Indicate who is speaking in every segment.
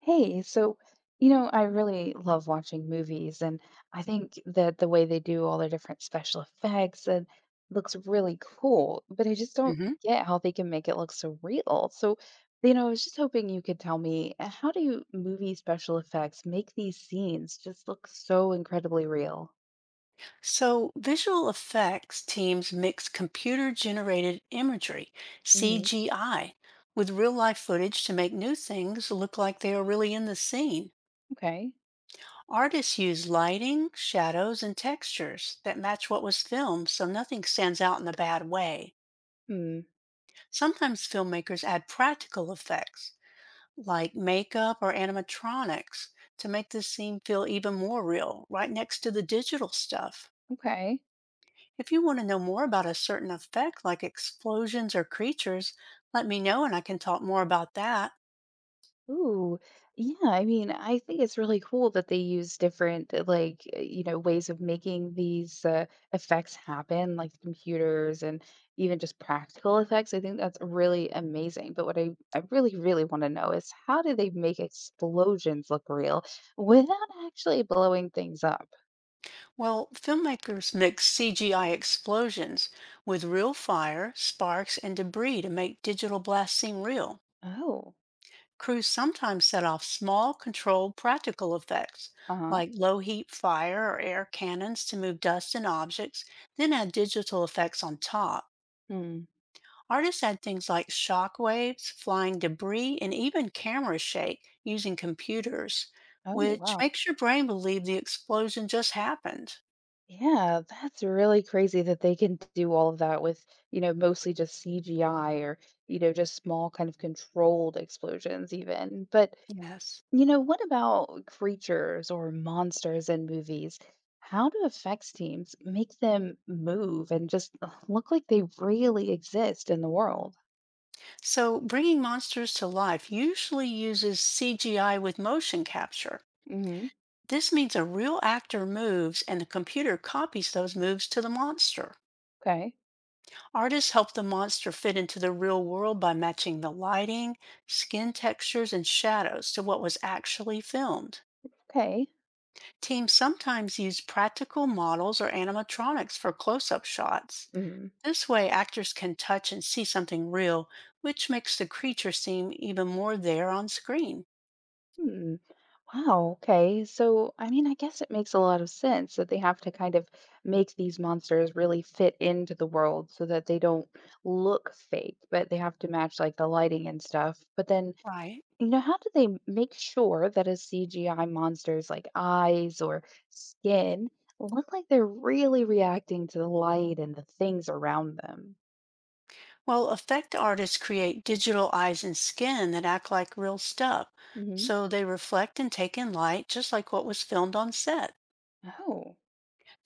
Speaker 1: Hey, I really love watching movies, and I think that the way they do all their different special effects and looks really cool, but I just don't
Speaker 2: hmm
Speaker 1: get how they can make it look so real. So, I was just hoping you could tell me how do movie special effects make these scenes just look so incredibly real?
Speaker 2: So, visual effects teams mix computer generated imagery,
Speaker 1: Hmm
Speaker 2: CGI, with real life footage to make new things look like they are really in the scene.
Speaker 1: Okay.
Speaker 2: Artists use lighting, shadows, and textures that match what was filmed so nothing stands out in a bad way.
Speaker 1: Hmm.
Speaker 2: Sometimes filmmakers add practical effects like makeup or animatronics to make the scene feel even more real, right next to the digital stuff.
Speaker 1: Okay.
Speaker 2: If you want to know more about a certain effect, like explosions or creatures, let me know and I can talk more about that.
Speaker 1: Ooh, yeah. I mean, I think it's really cool that they use different, ways of making these effects happen, like the computers and even just practical effects. I think that's really amazing. But what I really, really want to know is how do they make explosions look real without actually blowing things up?
Speaker 2: Well, filmmakers mix CGI explosions with real fire, sparks, and debris to make digital blasts seem real.
Speaker 1: Oh,
Speaker 2: Crews sometimes set off small, controlled, practical effects,
Speaker 1: uh-huh.
Speaker 2: like low heat fire or air cannons to move dust and objects, then add digital effects on top.
Speaker 1: Hmm.
Speaker 2: Artists had things like shock waves, flying debris, and even camera shake using computers,
Speaker 1: Oh,
Speaker 2: which
Speaker 1: wow.
Speaker 2: makes your brain believe the explosion just happened.
Speaker 1: Yeah, that's really crazy that they can do all of that with, mostly just CGI or, just small kind of controlled explosions even. But,
Speaker 2: Yes.
Speaker 1: you know, what about creatures or monsters in movies? How do effects teams make them move and just look like they really exist in the world?
Speaker 2: So, bringing monsters to life usually uses CGI with motion capture.
Speaker 1: Hmm
Speaker 2: This means a real actor moves and the computer copies those moves to the monster.
Speaker 1: Okay.
Speaker 2: Artists help the monster fit into the real world by matching the lighting, skin textures, and shadows to what was actually filmed.
Speaker 1: Okay.
Speaker 2: Teams sometimes use practical models or animatronics for close up shots.
Speaker 1: Mm-hmm.
Speaker 2: This way, actors can touch and see something real, which makes the creature seem even more there on screen.
Speaker 1: Hmm. Wow, okay. So, I mean, I guess it makes a lot of sense that they have to kind of make these monsters really fit into the world so that they don't look fake, but they have to match like the lighting and stuff. But then,
Speaker 2: Right.
Speaker 1: you know, how do they make sure that a CGI monster's like eyes or skin look like they're really reacting to the light and the things around them?
Speaker 2: Well, effect artists create digital eyes and skin that act like real stuff,
Speaker 1: Hmm
Speaker 2: so they reflect and take in light just like what was filmed on set.
Speaker 1: Oh,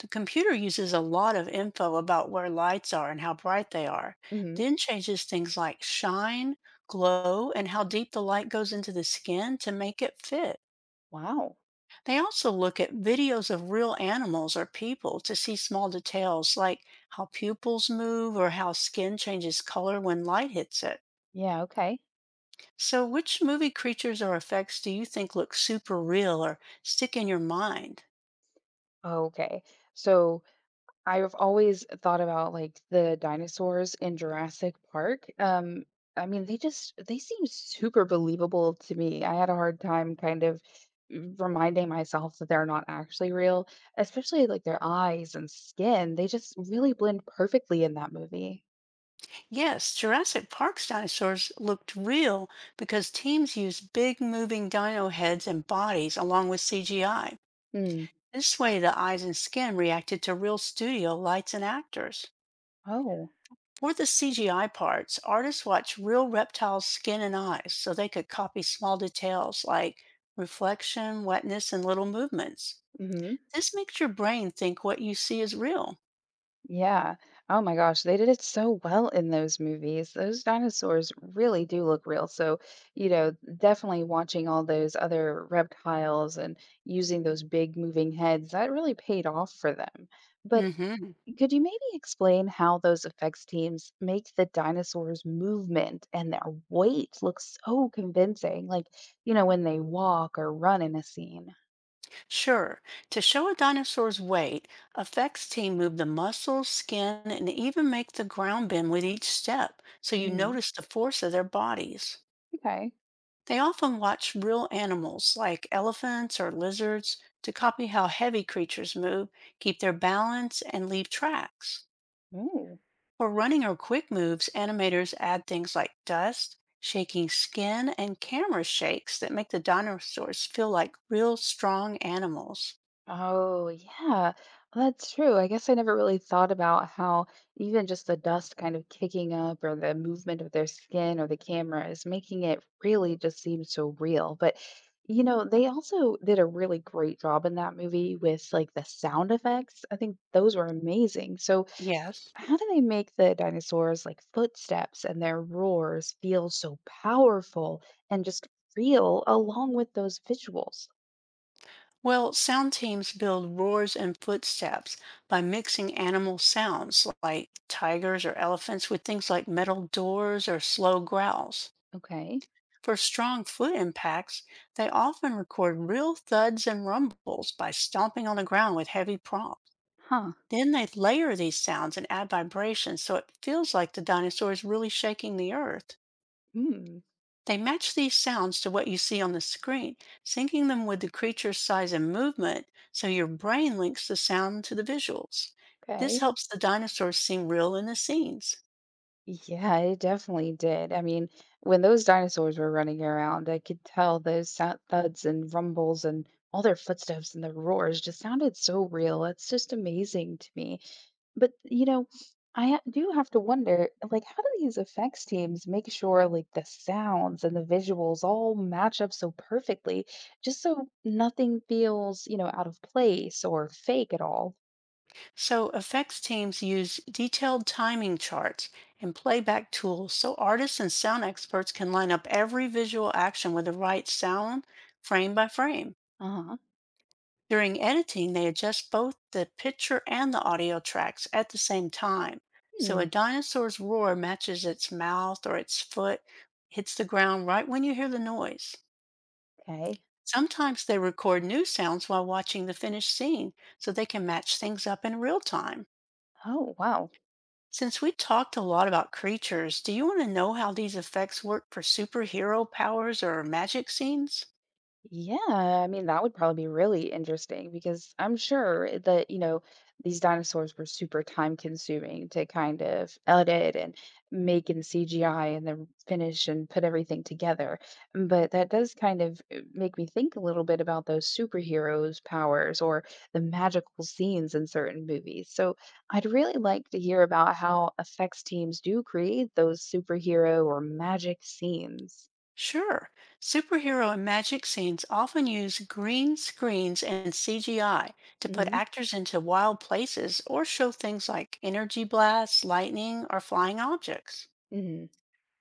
Speaker 2: The computer uses a lot of info about where lights are and how bright they are,
Speaker 1: hmm
Speaker 2: then changes things like shine, glow, and how deep the light goes into the skin to make it fit.
Speaker 1: wow.
Speaker 2: They also look at videos of real animals or people to see small details like how pupils move or how skin changes color when light hits it.
Speaker 1: Yeah, okay.
Speaker 2: So, which movie creatures or effects do you think look super real or stick in your mind?
Speaker 1: Okay. So, I've always thought about like the dinosaurs in Jurassic Park. I mean, they seem super believable to me. I had a hard time kind of reminding myself that they're not actually real, especially like their eyes and skin. They just really blend perfectly in that movie.
Speaker 2: Yes, Jurassic Park's dinosaurs looked real because teams used big moving dino heads and bodies along with CGI.
Speaker 1: Hmm.
Speaker 2: This way, the eyes and skin reacted to real studio lights and actors.
Speaker 1: Oh.
Speaker 2: For the CGI parts, artists watched real reptiles' skin and eyes so they could copy small details like reflection, wetness, and little movements.
Speaker 1: hmm
Speaker 2: This makes your brain think what you see is real.
Speaker 1: Yeah. Oh my gosh, they did it so well in those movies. Those dinosaurs really do look real. So, you know, definitely watching all those other reptiles and using those big moving heads, that really paid off for them. But
Speaker 2: hmm
Speaker 1: could you maybe explain how those effects teams make the dinosaurs' movement and their weight look so convincing? Like, you know, when they walk or run in a scene.
Speaker 2: Sure, to show a dinosaur's weight, effects team move the muscles, skin, and even make the ground bend with each step, so you
Speaker 1: Mhm.
Speaker 2: notice the force of their bodies.
Speaker 1: Okay.
Speaker 2: They often watch real animals like elephants or lizards to copy how heavy creatures move, keep their balance, and leave tracks.
Speaker 1: Ooh.
Speaker 2: For running or quick moves, animators add things like dust, shaking skin, and camera shakes that make the dinosaurs feel like real strong animals.
Speaker 1: Oh, yeah. Well, that's true. I guess I never really thought about how even just the dust kind of kicking up or the movement of their skin or the camera is making it really just seem so real. But, you know, they also did a really great job in that movie with like the sound effects. I think those were amazing. So,
Speaker 2: Yes.
Speaker 1: how do they make the dinosaurs like footsteps and their roars feel so powerful and just real along with those visuals?
Speaker 2: Well, sound teams build roars and footsteps by mixing animal sounds like tigers or elephants with things like metal doors or slow growls.
Speaker 1: Okay.
Speaker 2: For strong foot impacts, they often record real thuds and rumbles by stomping on the ground with heavy props.
Speaker 1: Huh.
Speaker 2: Then they layer these sounds and add vibrations so it feels like the dinosaur is really shaking the earth.
Speaker 1: Hmm.
Speaker 2: They match these sounds to what you see on the screen, syncing them with the creature's size and movement so your brain links the sound to the visuals. This
Speaker 1: Okay.
Speaker 2: helps the dinosaurs seem real in the scenes.
Speaker 1: Yeah, it definitely did. I mean, when those dinosaurs were running around, I could tell those thuds and rumbles and all their footsteps and the roars just sounded so real. It's just amazing to me. But, you know, do have to wonder, like, how do these effects teams make sure, like, the sounds and the visuals all match up so perfectly, just so nothing feels, you know, out of place or fake at all?
Speaker 2: So, effects teams use detailed timing charts and playback tools so artists and sound experts can line up every visual action with the right sound frame by frame.
Speaker 1: Uh huh.
Speaker 2: During editing, they adjust both the picture and the audio tracks at the same time. So a dinosaur's roar matches its mouth or its foot hits the ground right when you hear the noise.
Speaker 1: Okay.
Speaker 2: Sometimes they record new sounds while watching the finished scene so they can match things up in real time.
Speaker 1: Oh, wow.
Speaker 2: Since we talked a lot about creatures, do you want to know how these effects work for superhero powers or magic scenes?
Speaker 1: Yeah, I mean, that would probably be really interesting because I'm sure that, you know, these dinosaurs were super time consuming to kind of edit and make in CGI and then finish and put everything together. But that does kind of make me think a little bit about those superheroes' powers or the magical scenes in certain movies. So I'd really like to hear about how effects teams do create those superhero or magic scenes.
Speaker 2: Sure. Superhero and magic scenes often use green screens and CGI to put
Speaker 1: Hmm
Speaker 2: actors into wild places or show things like energy blasts, lightning, or flying objects.
Speaker 1: hmm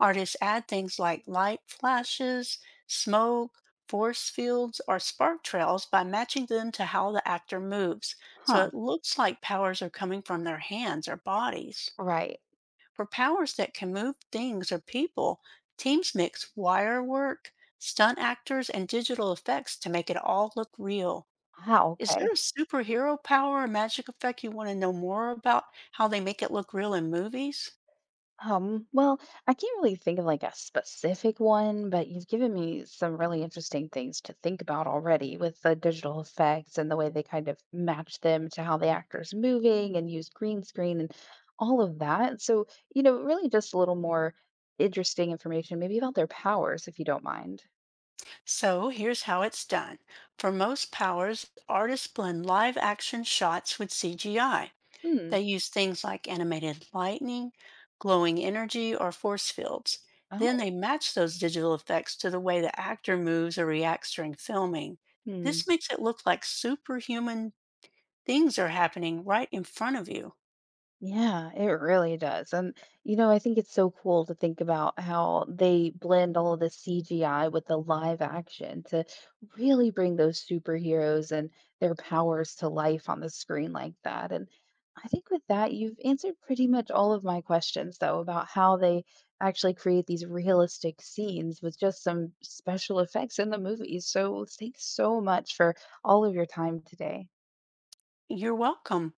Speaker 2: Artists add things like light flashes, smoke, force fields, or spark trails by matching them to how the actor moves, so
Speaker 1: Huh,
Speaker 2: it looks like powers are coming from their hands or bodies.
Speaker 1: right.
Speaker 2: For powers that can move things or people, teams mix wire work, stunt actors, and digital effects to make it all look real.
Speaker 1: How
Speaker 2: Is there
Speaker 1: okay.
Speaker 2: a superhero power or magic effect you want to know more about how they make it look real in movies?
Speaker 1: Well, I can't really think of like a specific one, but you've given me some really interesting things to think about already with the digital effects and the way they kind of match them to how the actor's moving and use green screen and all of that. So, you know, really just a little more interesting information, maybe about their powers, if you don't mind.
Speaker 2: So here's how it's done. For most powers, artists blend live action shots with CGI.
Speaker 1: Hmm.
Speaker 2: They use things like animated lightning, glowing energy, or force fields. Then
Speaker 1: Oh.
Speaker 2: they match those digital effects to the way the actor moves or reacts during filming.
Speaker 1: Hmm.
Speaker 2: This makes it look like superhuman things are happening right in front of you.
Speaker 1: Yeah, it really does. And, you know, I think it's so cool to think about how they blend all of the CGI with the live action to really bring those superheroes and their powers to life on the screen like that. And I think with that, you've answered pretty much all of my questions, though, about how they actually create these realistic scenes with just some special effects in the movies. So thanks so much for all of your time today.
Speaker 2: You're welcome.